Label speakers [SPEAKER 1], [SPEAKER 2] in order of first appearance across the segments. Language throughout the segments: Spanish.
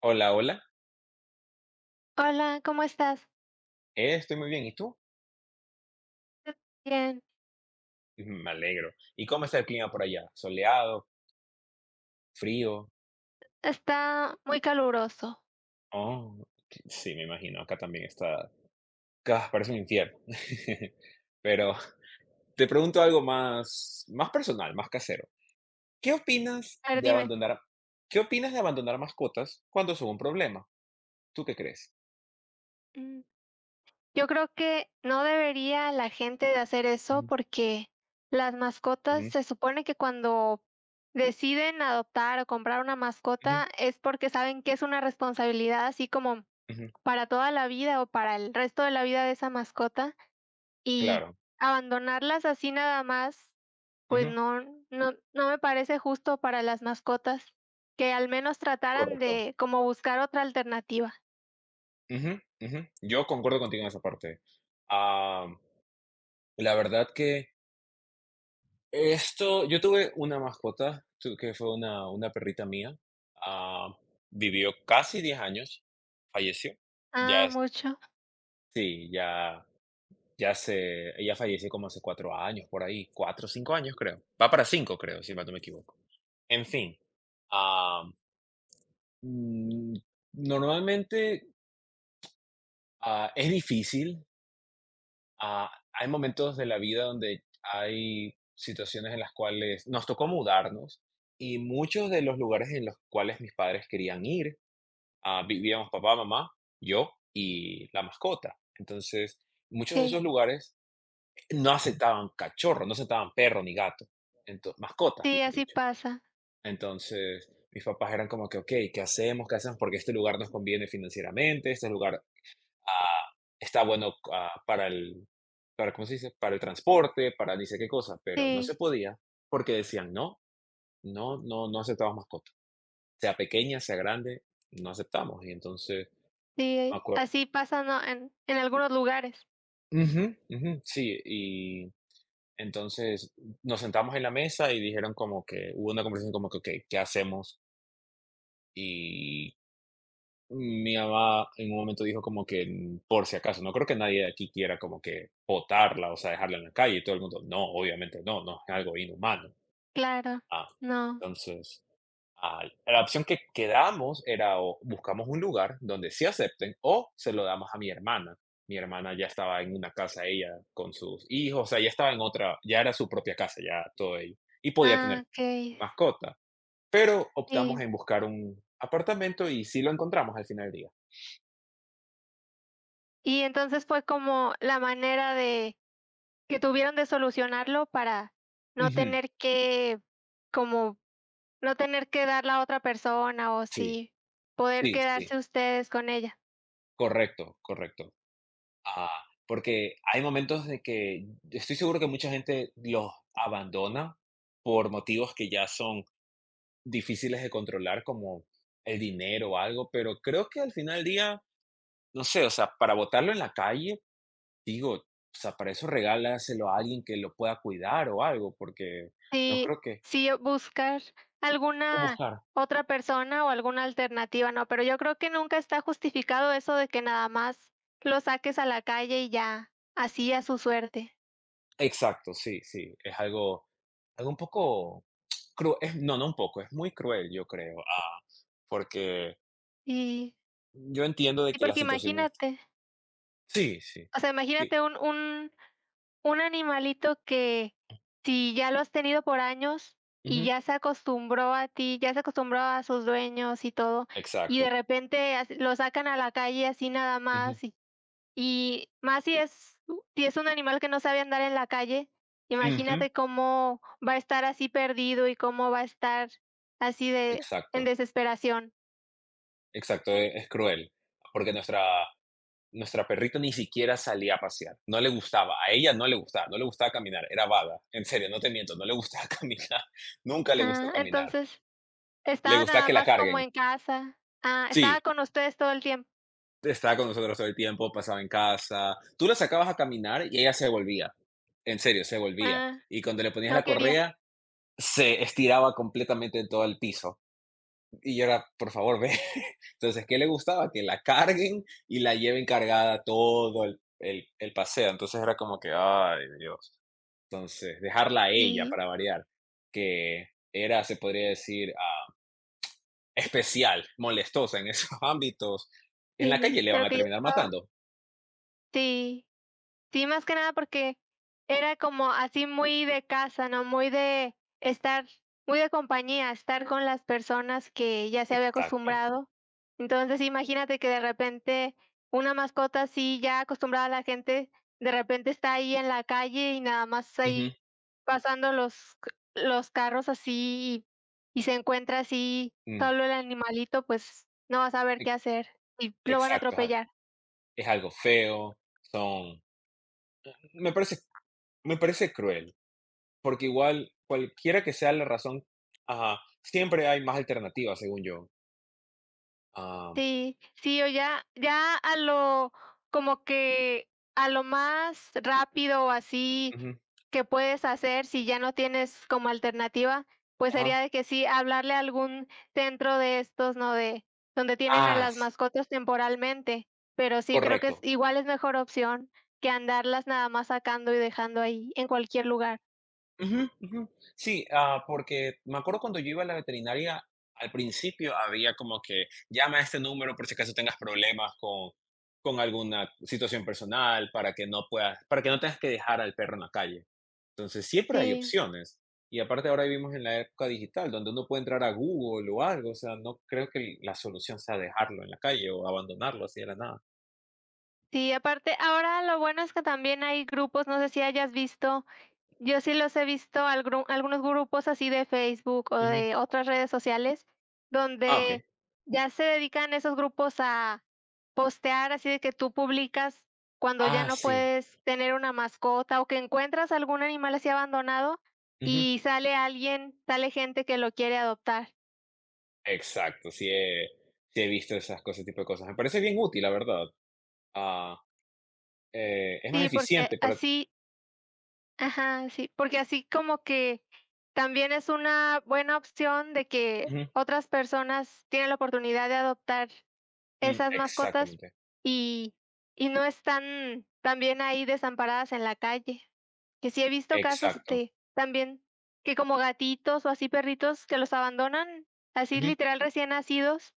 [SPEAKER 1] Hola, hola.
[SPEAKER 2] Hola, ¿cómo estás?
[SPEAKER 1] Estoy muy bien. ¿Y tú?
[SPEAKER 2] Bien,
[SPEAKER 1] Me alegro. ¿Y cómo está el clima por allá? ¿Soleado? ¿Frío?
[SPEAKER 2] está muy caluroso.
[SPEAKER 1] Oh, sí, me imagino. Acá también está. Ah, parece un infierno. Pero te pregunto algo más, más personal, más casero. ¿Qué opinas
[SPEAKER 2] A ver,
[SPEAKER 1] de
[SPEAKER 2] dime,
[SPEAKER 1] abandonar, ¿Qué opinas de abandonar mascotas cuando son un problema? ¿Tú qué crees?
[SPEAKER 2] mm, yo creo que no debería la gente de hacer eso
[SPEAKER 1] Ujú.
[SPEAKER 2] porque las mascotas
[SPEAKER 1] Ujú.
[SPEAKER 2] se supone que cuando deciden adoptar o comprar una
[SPEAKER 1] Ujú.
[SPEAKER 2] mascota es porque saben que es una responsabilidad así como
[SPEAKER 1] Ujú.
[SPEAKER 2] para toda la vida o para el resto de la vida de esa mascota. Y
[SPEAKER 1] Claro.
[SPEAKER 2] abandonarlas así nada más, pues
[SPEAKER 1] Ujú.
[SPEAKER 2] no no me parece justo para las mascotas, que al menos trataran
[SPEAKER 1] Correcto.
[SPEAKER 2] de como buscar otra alternativa.
[SPEAKER 1] Ujú, ujú. Yo concuerdo contigo en esa parte. Ah, la verdad que... Esto, yo tuve una mascota, que fue una perrita mía. ah, Vivió casi 10 años, falleció. Ya,
[SPEAKER 2] Ah, mucho.
[SPEAKER 1] sí, ya, ya se, ella falleció como hace 4 años, por ahí, 4 o 5 años creo. Va para 5 creo, si mal no me equivoco. En fin, ah, mm, normalmente, es difícil. Ah, hay momentos de la vida donde hay situaciones en las cuales nos tocó mudarnos y muchos de los lugares en los cuales mis padres querían ir, vivíamos papá, mamá, yo y la mascota. Entonces, muchos de esos
[SPEAKER 2] Sí,
[SPEAKER 1] lugares no aceptaban cachorro, no aceptaban perro ni gato, entonces mascota,
[SPEAKER 2] sí,
[SPEAKER 1] mejor
[SPEAKER 2] así
[SPEAKER 1] dicho.
[SPEAKER 2] pasa.
[SPEAKER 1] Entonces, mis papás eran como que, ok, ¿qué hacemos? ¿Qué hacemos? Porque este lugar nos conviene financieramente, este lugar, ah, está bueno, para el, para, ¿cómo se dice? Para el transporte, para ni sé qué cosa, pero no se
[SPEAKER 2] Sí,
[SPEAKER 1] podía porque decían, no, no, no, no aceptamos mascota. Sea pequeña, sea grande, no aceptamos. Y entonces, me
[SPEAKER 2] sí,
[SPEAKER 1] acuerdo.
[SPEAKER 2] así pasa, ¿no? En algunos lugares.
[SPEAKER 1] Ujú, ujú, sí, y entonces nos sentamos en la mesa y dijeron como que, hubo una conversación como que, ok, ¿qué hacemos? Y mi mamá en un momento dijo como que, por si acaso, no creo que nadie de aquí quiera como que botarla, o sea, dejarla en la calle y todo el mundo, no, obviamente no, no es algo inhumano.
[SPEAKER 2] Claro,
[SPEAKER 1] Ah,
[SPEAKER 2] no.
[SPEAKER 1] entonces, la opción que quedamos era o buscamos un lugar donde sí acepten o se lo damos a mi hermana. Mi hermana ya estaba en una casa ella con sus hijos, o sea, ya estaba en otra, ya era su propia casa, ya todo ello, y podía
[SPEAKER 2] Ah,
[SPEAKER 1] tener
[SPEAKER 2] okey,
[SPEAKER 1] mascota, pero optamos
[SPEAKER 2] sí.
[SPEAKER 1] en buscar un apartamento y sí lo encontramos al final del día.
[SPEAKER 2] Y entonces fue como la manera de que tuvieron de solucionarlo para no
[SPEAKER 1] Ujú.
[SPEAKER 2] tener que como No tener que darla a otra persona, o
[SPEAKER 1] Sí,
[SPEAKER 2] sí, poder
[SPEAKER 1] sí, sí,
[SPEAKER 2] quedarse ustedes con ella.
[SPEAKER 1] correcto, correcto. Ah, porque hay momentos de que estoy seguro que mucha gente los abandona por motivos que ya son difíciles de controlar, como el dinero o algo, pero creo que al final del día, no sé, o sea, para botarlo en la calle, digo, o sea, para eso regálaselo a alguien que lo pueda cuidar o algo, porque no
[SPEAKER 2] Sí,
[SPEAKER 1] creo que...
[SPEAKER 2] sí, buscar
[SPEAKER 1] o
[SPEAKER 2] alguna
[SPEAKER 1] buscar.
[SPEAKER 2] otra persona o alguna alternativa, no, pero yo creo que nunca está justificado eso de que nada más lo saques a la calle y ya, así a su suerte.
[SPEAKER 1] Exacto, sí, sí, es algo, algo un poco... Cru es, no, no un poco, es muy cruel, yo creo, porque...
[SPEAKER 2] Y
[SPEAKER 1] Yo entiendo de
[SPEAKER 2] y
[SPEAKER 1] que las
[SPEAKER 2] porque
[SPEAKER 1] situaciones...
[SPEAKER 2] imagínate,
[SPEAKER 1] Sí, sí.
[SPEAKER 2] o sea,
[SPEAKER 1] Sí,
[SPEAKER 2] imagínate un Un animalito que, si ya lo has tenido por años y
[SPEAKER 1] ujú,
[SPEAKER 2] ya se acostumbró a ti, ya se acostumbró a sus dueños y todo, y de
[SPEAKER 1] exacto,
[SPEAKER 2] repente lo sacan a la calle así nada
[SPEAKER 1] ujú,
[SPEAKER 2] más, y más si es, si es un animal que no sabe andar en la calle,
[SPEAKER 1] ujú,
[SPEAKER 2] imagínate cómo va a estar así perdido y cómo va a estar así de en
[SPEAKER 1] exacto,
[SPEAKER 2] desesperación.
[SPEAKER 1] exacto, es cruel, porque nuestra, nuestra perrita ni siquiera salía a pasear, no le gustaba, a ella no le gustaba, no le gustaba caminar, era vaga, en serio, no te miento, no le gustaba caminar, nunca le gustó
[SPEAKER 2] Ah,
[SPEAKER 1] caminar,
[SPEAKER 2] entonces
[SPEAKER 1] le
[SPEAKER 2] estaba
[SPEAKER 1] gustaba
[SPEAKER 2] nada
[SPEAKER 1] que la
[SPEAKER 2] más como
[SPEAKER 1] carguen.
[SPEAKER 2] en casa. Ah, estaba
[SPEAKER 1] Sí.
[SPEAKER 2] con ustedes todo el tiempo.
[SPEAKER 1] Estaba con nosotros todo el tiempo, pasaba en casa. Tú la sacabas a caminar y ella se volvía. En serio, se volvía.
[SPEAKER 2] Ah,
[SPEAKER 1] Y cuando le ponías
[SPEAKER 2] no
[SPEAKER 1] la
[SPEAKER 2] quería.
[SPEAKER 1] correa, se estiraba completamente en todo el piso. Y yo era, por favor, ve. Entonces, ¿qué le gustaba? Que la carguen y la lleven cargada todo el paseo. Entonces era como que, ay, Dios. Entonces, dejarla a ella
[SPEAKER 2] Sí.
[SPEAKER 1] para variar, que era, se podría decir, especial, molestosa en esos ámbitos, en la calle
[SPEAKER 2] Sí,
[SPEAKER 1] le van
[SPEAKER 2] pero
[SPEAKER 1] a
[SPEAKER 2] que yo
[SPEAKER 1] terminar
[SPEAKER 2] estaba
[SPEAKER 1] matando.
[SPEAKER 2] sí, sí, más que nada porque era como así muy de casa, ¿no? Muy de estar muy de compañía, estar con las personas que ya se había
[SPEAKER 1] Exacto.
[SPEAKER 2] acostumbrado. Entonces, imagínate que de repente una mascota así ya acostumbrada a la gente, de repente está ahí en la calle y nada más ahí
[SPEAKER 1] Ujú,
[SPEAKER 2] pasando los c los carros así y se encuentra así
[SPEAKER 1] mm,
[SPEAKER 2] solo el animalito, pues no va a saber
[SPEAKER 1] e
[SPEAKER 2] qué hacer y lo van a
[SPEAKER 1] exacto,
[SPEAKER 2] atropellar.
[SPEAKER 1] es algo feo, son... me parece me parece cruel, porque igual, cualquiera que sea la razón, ajá, siempre hay más alternativas, según yo. Am,
[SPEAKER 2] Sí, sí, o ya a lo como que a lo más rápido o así
[SPEAKER 1] ujú,
[SPEAKER 2] que puedes hacer, si ya no tienes como alternativa, pues sería
[SPEAKER 1] ajá.
[SPEAKER 2] de que sí, hablarle a algún centro de estos, ¿no? De donde tienen a
[SPEAKER 1] Ah,
[SPEAKER 2] las
[SPEAKER 1] s
[SPEAKER 2] mascotas temporalmente, pero sí creo que es
[SPEAKER 1] Correcto.
[SPEAKER 2] igual es mejor opción que andarlas nada más sacando y dejando ahí en cualquier lugar.
[SPEAKER 1] Ujú, ujú. Sí, ah, porque me acuerdo cuando yo iba a la veterinaria, al principio había como que llama a este número por si acaso tengas problemas con... con alguna situación personal, para que no puedas... para que no tengas que dejar al perro en la calle. Entonces, siempre hay
[SPEAKER 2] Sí,
[SPEAKER 1] opciones. Y aparte ahora vivimos en la época digital, donde uno puede entrar a Google o algo, o sea, no creo que el- la solución sea dejarlo en la calle o abandonarlo así de la nada.
[SPEAKER 2] sí, aparte, ahora lo bueno es que también hay grupos, no sé si hayas visto. Yo sí los he visto algún algunos grupos así de Facebook o
[SPEAKER 1] Ujú.
[SPEAKER 2] de otras redes sociales,
[SPEAKER 1] Ah,
[SPEAKER 2] donde
[SPEAKER 1] okey.
[SPEAKER 2] ya se dedican esos grupos a postear así de que tú publicas cuando ya
[SPEAKER 1] Ah,
[SPEAKER 2] no
[SPEAKER 1] sí.
[SPEAKER 2] puedes tener una mascota o que encuentras algún animal así abandonado
[SPEAKER 1] Ujú.
[SPEAKER 2] y sale alguien, sale gente que lo quiere adoptar.
[SPEAKER 1] Exacto, sí he visto esas cosas, tipo de cosas. Me parece bien útil, la verdad. Ah, es más
[SPEAKER 2] Sí, porque
[SPEAKER 1] eficiente para...
[SPEAKER 2] así ajá, sí, porque así como que también es una buena opción de que
[SPEAKER 1] ujú,
[SPEAKER 2] otras personas tienen la oportunidad de adoptar
[SPEAKER 1] mm,
[SPEAKER 2] esas mascotas
[SPEAKER 1] exactamente.
[SPEAKER 2] y y no están también ahí desamparadas en la calle. Que sí he visto casos,
[SPEAKER 1] Exacto.
[SPEAKER 2] este, también que como gatitos o así perritos que los abandonan, así
[SPEAKER 1] Ujú,
[SPEAKER 2] literal recién nacidos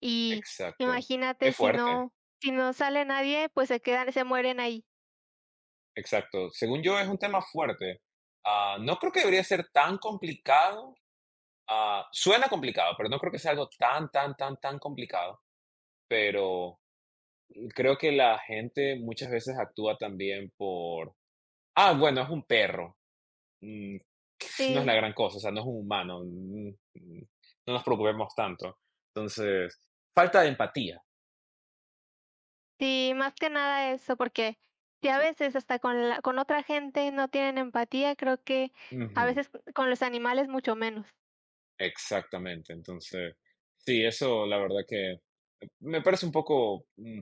[SPEAKER 2] y
[SPEAKER 1] exacto.
[SPEAKER 2] imagínate
[SPEAKER 1] Es fuerte,
[SPEAKER 2] si no sale nadie, pues se quedan se mueren ahí.
[SPEAKER 1] exacto. Según yo, es un tema fuerte. Ah, no creo que debería ser tan complicado. Suena complicado, pero no creo que sea algo tan, tan, tan, tan complicado, pero creo que la gente muchas veces actúa también por, bueno, es un perro, mm, no es la
[SPEAKER 2] Sí,
[SPEAKER 1] gran cosa, o sea, no es un humano, mm, no nos preocupemos tanto. Entonces, falta de empatía.
[SPEAKER 2] sí, más que nada eso, porque sí, a veces hasta con la con otra gente no tienen empatía, creo que a
[SPEAKER 1] Ujú.
[SPEAKER 2] veces con los animales mucho menos.
[SPEAKER 1] Exactamente, entonces, sí, eso la verdad que me parece un poco,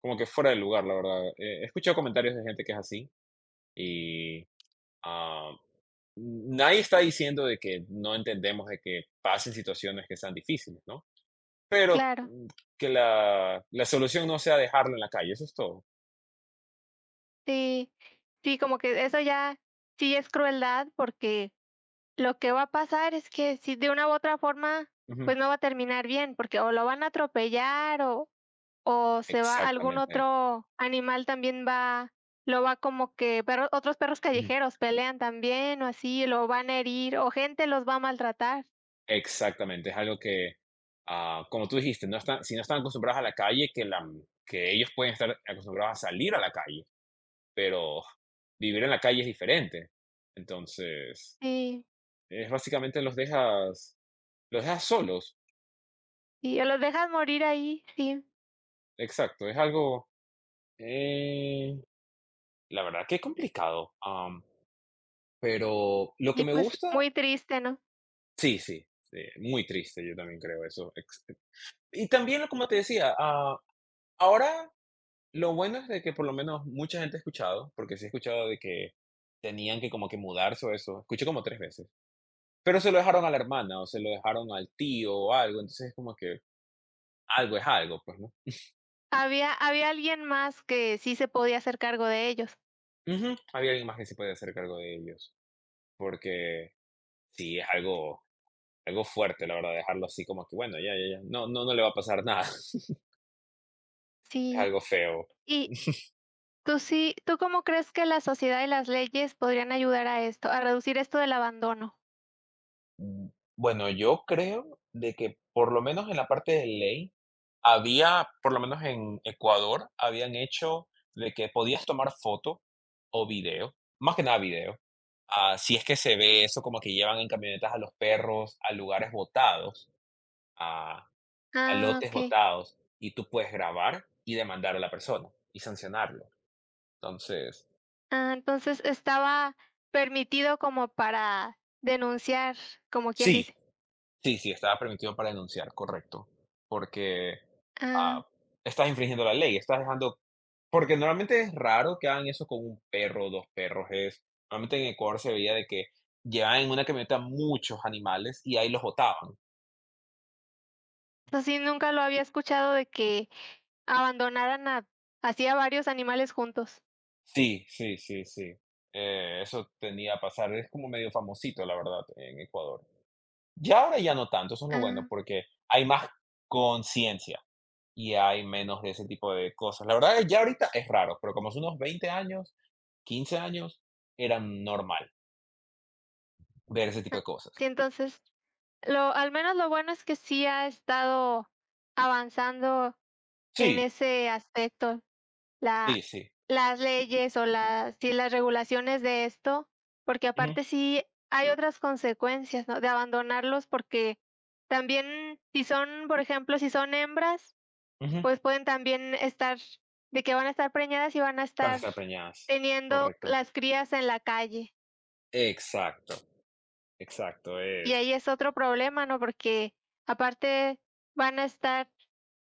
[SPEAKER 1] como que fuera de lugar, la verdad. He escuchado comentarios de gente que es así y... ah, nadie está diciendo de que no entendemos de que pasen situaciones que sean difíciles, ¿no? Pero,
[SPEAKER 2] Claro.
[SPEAKER 1] que la solución no sea dejarlo en la calle, eso es todo.
[SPEAKER 2] Sí, sí, como que eso ya sí es crueldad, porque lo que va a pasar es que si de una u otra forma,
[SPEAKER 1] Ujú.
[SPEAKER 2] pues no va a terminar bien, porque o lo van a atropellar o se va algún
[SPEAKER 1] Exactamente.
[SPEAKER 2] otro animal también va lo va como que perro otros perros
[SPEAKER 1] Ujú.
[SPEAKER 2] callejeros pelean también o así, lo van a herir o gente los va a maltratar.
[SPEAKER 1] Exactamente. Es algo que, como tú dijiste, no están, si no están acostumbrados a la calle, que, la, que ellos pueden estar acostumbrados a salir a la calle, pero vivir en la calle es diferente. Entonces,
[SPEAKER 2] Sí,
[SPEAKER 1] es básicamente los dejas solos.
[SPEAKER 2] y los dejas morir ahí, sí.
[SPEAKER 1] Exacto. Es algo... eh, la verdad que es complicado, pero lo que
[SPEAKER 2] Y
[SPEAKER 1] me
[SPEAKER 2] pues
[SPEAKER 1] gusta...
[SPEAKER 2] muy triste, ¿no?
[SPEAKER 1] sí, sí, muy triste, yo también creo eso, ex y también, como te decía, ahora lo bueno es de que por lo menos mucha gente ha escuchado, porque sí he escuchado de que tenían que como que mudarse o eso, escuché como 3 veces, pero se lo dejaron a la hermana o se lo dejaron al tío o algo, entonces es como que algo es algo, pues, ¿no?
[SPEAKER 2] Había alguien más que sí se podía hacer cargo de ellos.
[SPEAKER 1] Ujú, había alguien más que se puede hacer cargo de ellos, porque sí es algo... algo fuerte, la verdad, dejarlo así como que, bueno, ya, ya, ya, no, no, no le va a pasar nada, es
[SPEAKER 2] Sí.
[SPEAKER 1] algo feo.
[SPEAKER 2] Y tú sí, ¿tú cómo crees que la sociedad y las leyes podrían ayudar a esto, a reducir esto del abandono?
[SPEAKER 1] Mm, Bueno, yo creo de que por lo menos en la parte de ley había, por lo menos en Ecuador, habían hecho de que podías tomar foto o video, más que nada video. Si es que se ve eso como que llevan en camionetas a los perros a lugares botados, a, a
[SPEAKER 2] Ah,
[SPEAKER 1] lotes
[SPEAKER 2] okey.
[SPEAKER 1] botados, y tú puedes grabar y demandar a la persona y sancionarlo. Entonces,
[SPEAKER 2] Ah, entonces estaba permitido como para denunciar, como quien
[SPEAKER 1] sí.
[SPEAKER 2] dice.
[SPEAKER 1] Sí, sí, estaba permitido para denunciar, correcto. Porque, ah,
[SPEAKER 2] Ah,
[SPEAKER 1] estás infringiendo la ley, estás dejando... porque normalmente es raro que hagan eso con un perro, o 2 perros, es... normalmente en Ecuador se veía de que llevaban en una camioneta muchos animales y ahí los botaban.
[SPEAKER 2] así nunca lo había escuchado de que abandonaran a así a varios animales juntos.
[SPEAKER 1] Sí, sí, sí, sí, eso tenía a pasar, es como medio famosito, la verdad, en Ecuador. Ya ahora ya no tanto, eso es lo bueno,
[SPEAKER 2] Ah,
[SPEAKER 1] porque hay más conciencia. Y hay menos de ese tipo de cosas. La verdad, es que ya ahorita es raro, pero como hace unos 20 años, 15 años, era normal ver ese tipo
[SPEAKER 2] ah.
[SPEAKER 1] de
[SPEAKER 2] Sí,
[SPEAKER 1] cosas.
[SPEAKER 2] entonces, lo al menos lo bueno es que sí ha estado avanzando en
[SPEAKER 1] Sí,
[SPEAKER 2] ese aspecto. La
[SPEAKER 1] sí, sí.
[SPEAKER 2] Las leyes o las sí, las regulaciones de esto, porque
[SPEAKER 1] Ujú,
[SPEAKER 2] aparte sí hay otras consecuencias, ¿no?, de abandonarlos, porque también si son, por ejemplo, si son hembras,
[SPEAKER 1] ujú.
[SPEAKER 2] pues pueden también estar de que van a estar preñadas y van a
[SPEAKER 1] Van a
[SPEAKER 2] estar
[SPEAKER 1] estar preñadas.
[SPEAKER 2] teniendo
[SPEAKER 1] Correcto.
[SPEAKER 2] las crías en la calle.
[SPEAKER 1] Exacto, exacto,
[SPEAKER 2] Y
[SPEAKER 1] es.
[SPEAKER 2] ahí es otro problema, ¿no?, porque aparte van a estar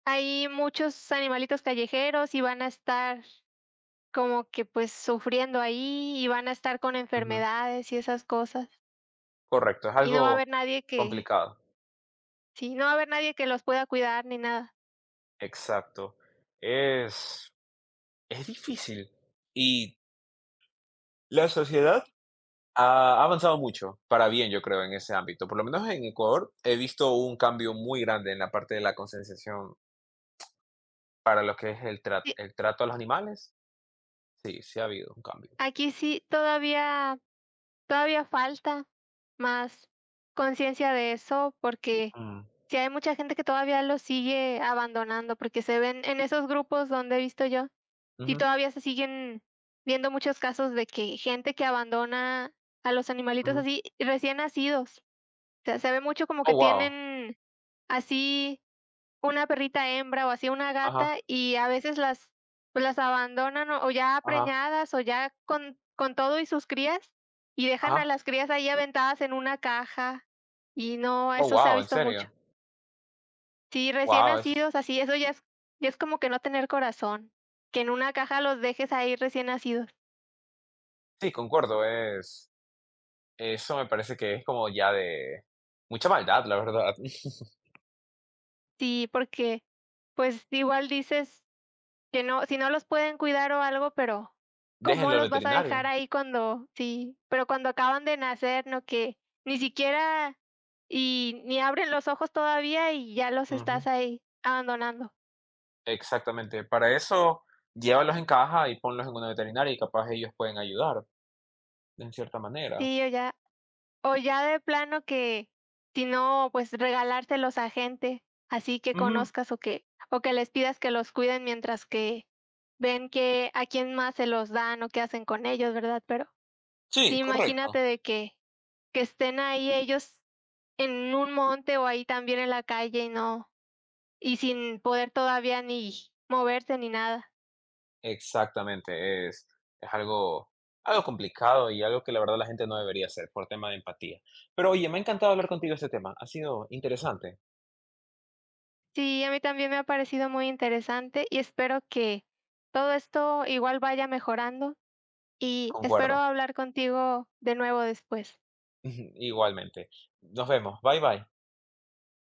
[SPEAKER 2] ahí muchos animalitos callejeros y van a estar como que, pues, sufriendo ahí y van a estar con
[SPEAKER 1] Ujú.
[SPEAKER 2] enfermedades y esas cosas,
[SPEAKER 1] Correcto, es
[SPEAKER 2] y no va a
[SPEAKER 1] algo
[SPEAKER 2] haber nadie que
[SPEAKER 1] complicado.
[SPEAKER 2] sí, no va a haber nadie que los pueda cuidar ni nada.
[SPEAKER 1] Exacto. Es, es difícil. Y la sociedad ha avanzado mucho, para bien, yo creo, en ese ámbito. Por lo menos en Ecuador he visto un cambio muy grande en la parte de la concienciación para lo que es el tra-
[SPEAKER 2] Sí,
[SPEAKER 1] el trato a los animales. Sí, sí ha habido un cambio.
[SPEAKER 2] aquí sí todavía falta más conciencia de eso, porque
[SPEAKER 1] Mm,
[SPEAKER 2] sí hay mucha gente que todavía los sigue abandonando, porque se ven en esos grupos donde he visto yo, sí
[SPEAKER 1] ujú,
[SPEAKER 2] todavía se siguen viendo muchos casos de que gente que abandona a los animalitos
[SPEAKER 1] ujú.
[SPEAKER 2] así, recién nacidos. Sea, se ve mucho como que
[SPEAKER 1] Oh, wow.
[SPEAKER 2] tienen así una perrita hembra o así una
[SPEAKER 1] Ajá,
[SPEAKER 2] gata, y a veces las, pues, las abandonan o ya
[SPEAKER 1] ajá,
[SPEAKER 2] preñadas o ya con todo y sus crías, y dejan a
[SPEAKER 1] ajá.
[SPEAKER 2] las crías ahí aventadas en una caja, y no,
[SPEAKER 1] Oh,
[SPEAKER 2] eso se ha
[SPEAKER 1] wow, ¿en
[SPEAKER 2] visto mucho.
[SPEAKER 1] serio?
[SPEAKER 2] Sí, recién
[SPEAKER 1] Wow, es...
[SPEAKER 2] nacidos, así, eso ya es como que no tener corazón, que en una caja los dejes ahí recién nacidos.
[SPEAKER 1] sí, concuerdo, es... eso me parece que es como ya de mucha maldad, la verdad.
[SPEAKER 2] Sí, porque, pues, igual dices que no no los pueden cuidar o algo, pero, ¿cómo
[SPEAKER 1] Déjenlo al
[SPEAKER 2] los vas a dejar
[SPEAKER 1] veterinario.
[SPEAKER 2] ahí cuando sí? Pero cuando acaban de nacer, ¿no? Que ni siquiera y ni abren los ojos todavía y ya los
[SPEAKER 1] Ujú.
[SPEAKER 2] estás ahí abandonando.
[SPEAKER 1] Exactamente. Para eso, llévalos en caja y ponlos en una veterinaria y capaz ellos pueden ayudar, en cierta manera.
[SPEAKER 2] Sí, o o ya de plano que, si no, pues, regalárselos a gente así que
[SPEAKER 1] Ujú.
[SPEAKER 2] conozcas o que les pidas que los cuiden mientras que ven que a quién más se los dan o qué hacen con ellos, ¿verdad? Pero sí,
[SPEAKER 1] Sí,
[SPEAKER 2] imagínate
[SPEAKER 1] correcto.
[SPEAKER 2] de que estén ahí ellos en un monte, o ahí también en la calle, y no, y sin poder todavía ni moverse ni nada.
[SPEAKER 1] Exactamente. Es algo, algo complicado y algo que la verdad la gente no debería hacer por tema de empatía. Pero oye, me ha encantado hablar contigo de este tema. Ha sido interesante.
[SPEAKER 2] Sí, a mí también me ha parecido muy interesante y espero que todo esto igual vaya mejorando, y espero
[SPEAKER 1] Concuerdo.
[SPEAKER 2] hablar contigo de nuevo después.
[SPEAKER 1] Igualmente. Nos vemos. Bye bye.